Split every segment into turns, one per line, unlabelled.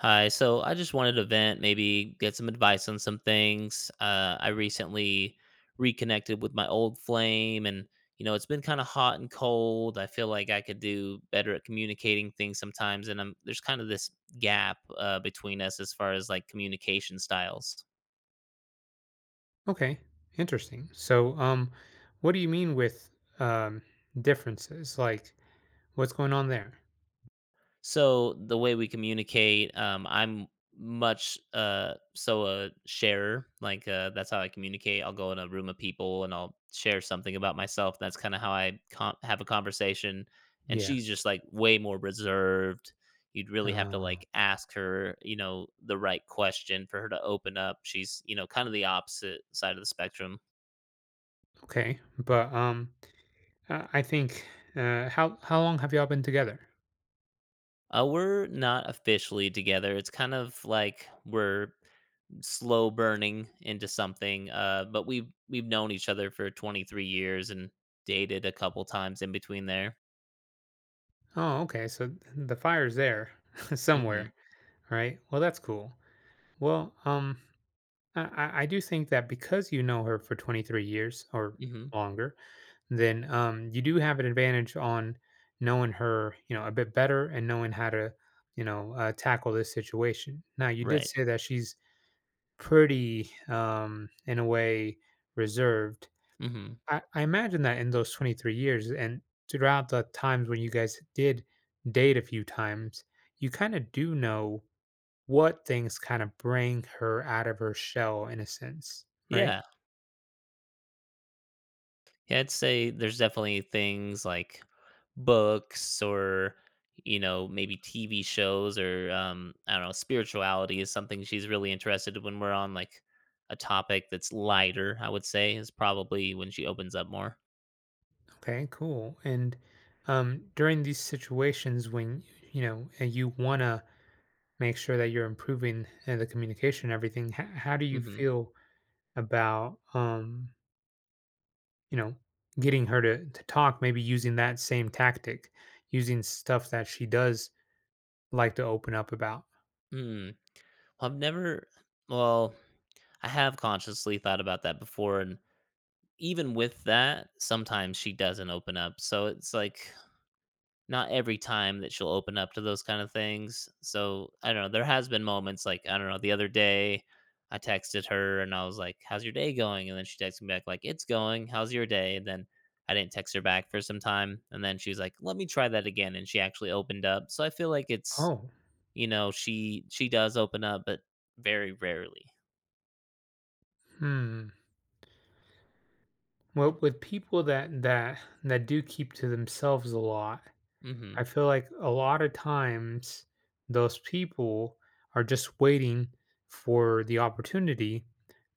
Hi. So I just wanted to vent, maybe get some advice on some things. I recently reconnected with my old flame, and it's been kind of hot and cold. I feel like I could do better at communicating things sometimes, and I'm there's kind of this gap between us as far as like communication styles.
Okay, interesting. So, what do you mean with um differences? Like, what's going on there?
So the way we communicate, I'm much so a sharer. Like that's how I communicate. I'll go in a room of people and I'll share something about myself. That's kind of how have a conversation. And
Yeah.
she's just like way more reserved. You'd really have to
Um,
like ask her, the right question for her to open up. She's kind of the opposite side of the spectrum.
okay, but I think how long have y'all been together?
We're not officially together. It's kind of like we're slow burning into something. But we've known each other for 23 years and dated a couple times in between there.
Oh, okay. So the fire's there somewhere,
Mhm.
right? Well, that's cool. Well, I do think that because you know her for 23 years or
Mhm.
longer, then you do have an advantage on knowing her, you know, a bit better and knowing how to, tackle this situation. Now, you did
Right.
say that she's pretty, in a way, reserved.
Mhm.
I imagine that in those 23 years and throughout the times when you guys did date a few times, you kind of do know what things kind of bring her out of her shell in a sense, right?
Yeah. Yeah. I'd say there's definitely things like books or maybe TV shows or I don't know spirituality is something she's really interested in when we're on like a topic that's lighter. I would say is probably when she opens up more.
Okay, cool. And during these situations when you know and you want to make sure that you're improving the communication and everything, how do you
Hmm.
feel about you know getting her to talk? Maybe using that same tactic, using stuff that she does like to open up about.
Mm. Well, I've never. Well, I have consciously thought about that before. And even with that, sometimes she doesn't open up. So it's like not every time that she'll open up to those kind of things. So I don't know. There has been moments like, I don't know, the other day I texted her and I was like, "How's your day going?" And then she texted me back, like, "It's going. How's your day?" And then I didn't text her back for some time. And then she was like, "Let me try that again." And she actually opened up. So I feel like it's,
Oh,
she does open up, but very rarely.
hmm. Well, with people that do keep to themselves a lot, I
Mm-hmm.
feel like a lot of times those people are just waiting for the opportunity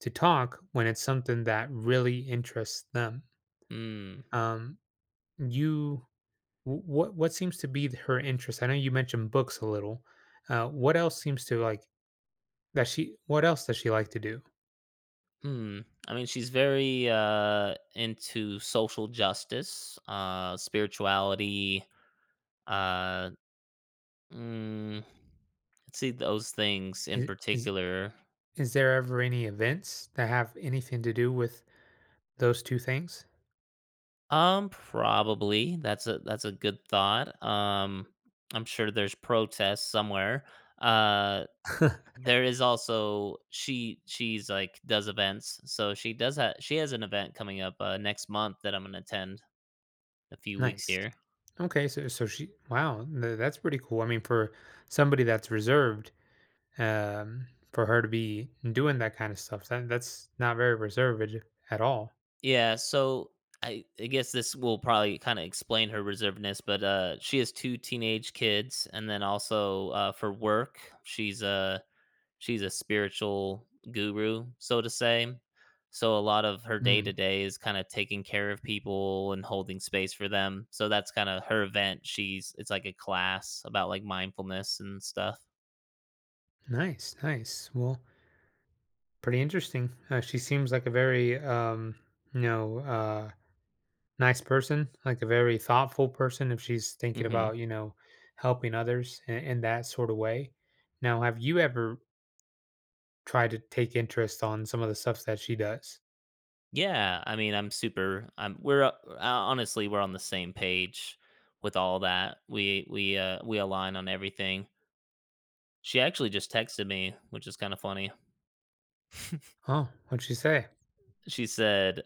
to talk when it's something that really interests them.
Mm.
Um, you, what seems to be her interest? I know you mentioned books a little. What else seems to like that she? What else does she like to do?
Hmm. I mean, she's very into social justice, spirituality, uh mm, let's see those things in
Is is,
particular.
is there ever any events that have anything to do with those two things?
Probably. That's a good thought. I'm sure there's protests somewhere. Uh there is also she's like does events. So she does have she has an event coming up next month that I'm going to attend a few weeks
Nice.
here.
Okay, so so she wow, that's pretty cool. I mean, for somebody that's reserved, um, for her to be doing that kind of stuff, that that's not very reserved at all.
Yeah, so I guess this will probably kind of explain her reservedness, but she has two teenage kids, and then also for work, she's a spiritual guru, so to say. So a lot of her day to
Mm,
day is kind of taking care of people and holding space for them. So that's kind of her event. She's it's like a class about like mindfulness and stuff.
nice, nice. Well, pretty interesting. She seems like a very you know, uh, nice person, like a very thoughtful person. If she's thinking about
Hmm.
you know helping others in that sort of way. Now, have you ever tried to take interest on some of the stuff that she does?
Yeah, I mean, I'm super. I'm we're honestly we're on the same page with all that. We align on everything. She actually just texted me, which is kind of funny.
Oh, what'd she say?
She said,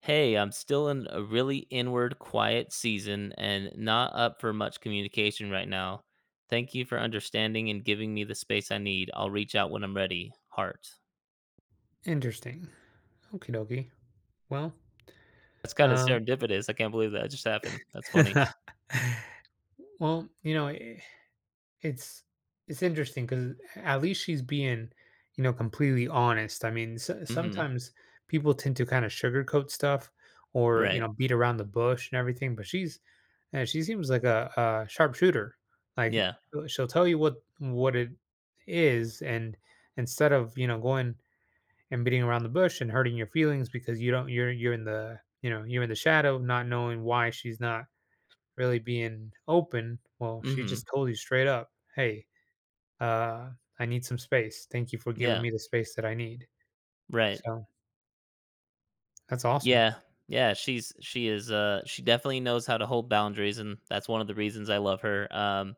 "Hey, I'm still in a really inward, quiet season and not up for much communication right now. Thank you for understanding and giving me the space I need. I'll reach out when I'm ready." Heart.
Interesting. Okie dokie. Well,
That's kind of
um,
serendipitous. I can't believe that just happened. That's funny.
well, you know, I it's it's interesting because at least she's being, you know, completely honest. I mean, so,
Hmm.
sometimes people tend to kind of sugarcoat stuff or you
Right.
know beat around the bush and everything, but she seems like a sharpshooter. Like
Yeah.
she'll tell you what it is, and instead of you know going and beating around the bush and hurting your feelings because you don't you're in the you know you're in the shadow not knowing why she's not really being open. Well, she
Hmm.
just told you straight up, hey, uh I need some space. Thank you for giving
Yeah.
me the space that I need.
Right.
So that's awesome,
Yeah. Yeah, she's she is she definitely knows how to hold boundaries and that's one of the reasons I love her. Um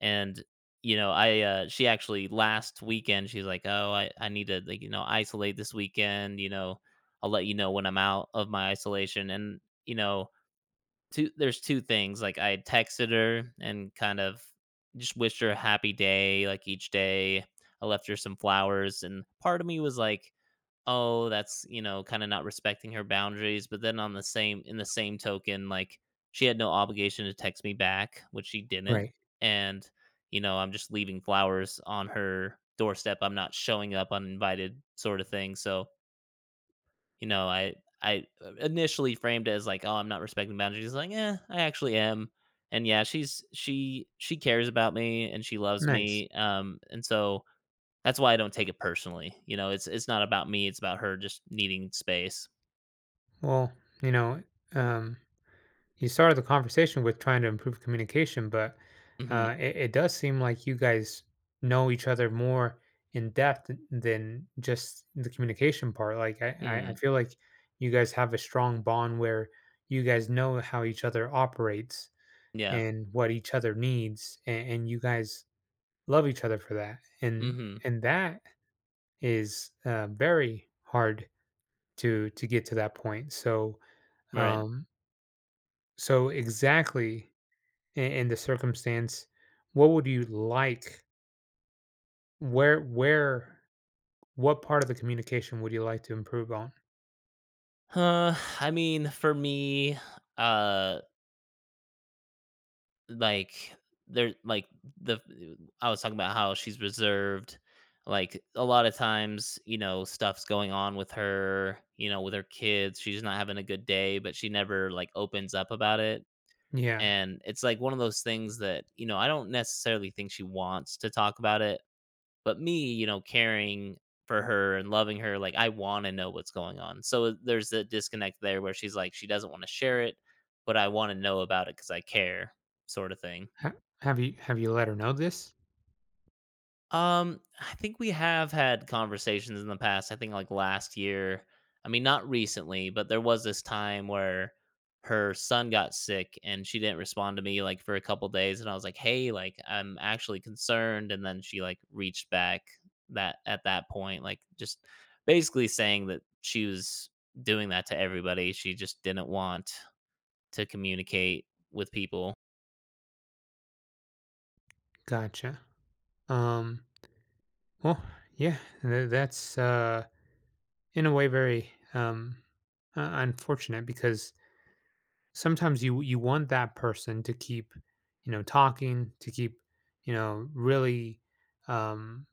and you know, I she actually last weekend she's like, "Oh, I need to like, isolate this weekend. I'll let you know when I'm out of my isolation." And two there's two things. Like I texted her and kind of just wished her a happy day like each day. I left her some flowers and part of me was like oh, that's kind of not respecting her boundaries. But then on the same in the same token, like she had no obligation to text me back, which she didn't.
right?
And, I'm just leaving flowers on her doorstep. I'm not showing up uninvited sort of thing. So, you know, I I initially framed it as like, oh, I'm not respecting boundaries. Like, yeah, I actually am. And yeah, she cares about me and she loves
Nice.
me. And so that's why I don't take it personally. It's not about me, it's about her just needing space.
Well, you know, um you started the conversation with trying to improve communication, but
Mhm.
it, it does seem like you guys know each other more in depth than just the communication part. Like I
Mm.
feel like you guys have a strong bond where you guys know how each other operates
Yeah.
and what each other needs, and you guys love each other for that. And
Mhm.
and that is very hard to get to that point. So
Right.
um, so exactly in the circumstance, what would you like? Where, where, what part of the communication would you like to improve on?
I mean, for me, uh, like there, like the I was talking about how she's reserved. Like a lot of times, stuff's going on with her. With her kids, she's not having a good day, but she never like opens up about it.
Yeah.
And it's like one of those things that I don't necessarily think she wants to talk about it. But me, caring for her and loving her, like I want to know what's going on. So there's a disconnect there where she's like she doesn't want to share it, but I want to know about it because I care, sort of thing.
Ha- have you let her know this?
I think we have had conversations in the past. I think like last year. I mean, not recently, but there was this time where her son got sick and she didn't respond to me like for a couple days and I was like, "Hey, like I'm actually concerned." And then she like reached back that at that point like just basically saying that she was doing that to everybody. She just didn't want to communicate with people.
Gotcha. Um. Well, yeah. That's in a way very unfortunate because sometimes you you want that person to keep, you know, talking, to keep, you know, really um,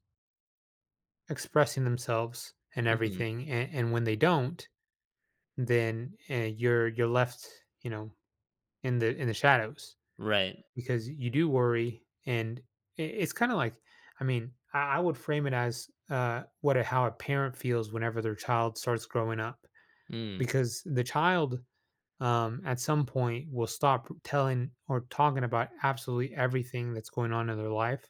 expressing themselves and
Mhm.
everything, and when they don't, then you're left, you know, in the shadows
Right.
because you do worry, and it's kind of like, I mean, I would frame it as what a, how a parent feels whenever their child starts growing up,
Mm.
because the child at some point will stop telling or talking about absolutely everything that's going on in their life,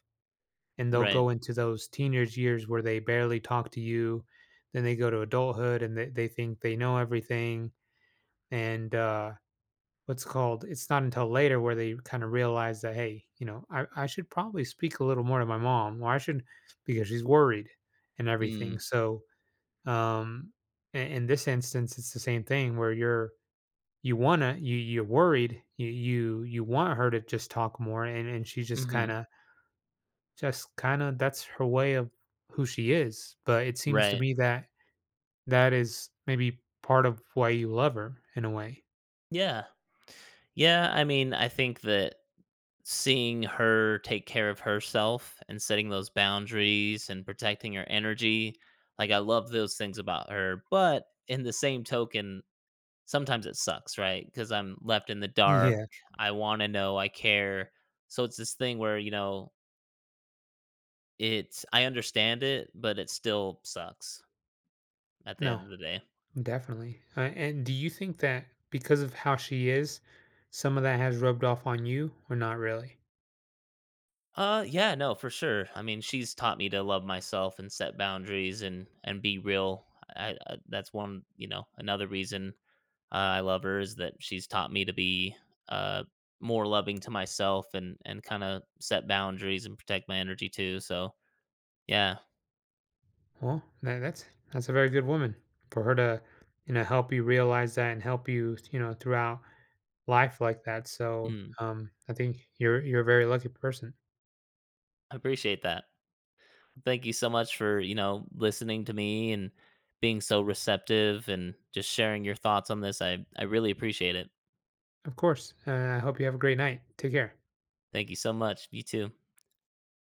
and they'll
Right.
go into those teenage years where they barely talk to you. Then they go to adulthood and they think they know everything, and what's called, it's not until later where they kind of realize that hey you know I should probably speak a little more to my mom or I should, because she's worried and
Mm.
everything. So um in this instance it's the same thing where you wanna you're worried you want her to just talk more, and she just kind
Mhm.
of that's her way of who she is, but it seems to
Right.
me that that is maybe part of why you love her in a way.
Yeah. Yeah, I mean, I think that seeing her take care of herself and setting those boundaries and protecting her energy, like I love those things about her, but in the same token, sometimes it sucks, right? Cuz I'm left in the dark.
Yeah,
I want to know, I care. So it's this thing where it's I understand it, but it still sucks at the
no.
end of the day.
Definitely. And do you think that because of how she is, some of that has rubbed off on you, or not really?
Yeah, no, for sure. I mean, she's taught me to love myself and set boundaries and be real. I that's one, you know, another reason I love her is that she's taught me to be uh more loving to myself and kind of set boundaries and protect my energy too. So, yeah.
Well, that's a very good woman for her to, you know, help you realize that and help you, you know, throughout life like that. So,
Mm,
I think you're a very lucky person.
I appreciate that. Thank you so much for, listening to me and being so receptive and just sharing your thoughts on this. I really appreciate it.
Of course. I hope you have a great night. Take care.
Thank you so much. You too.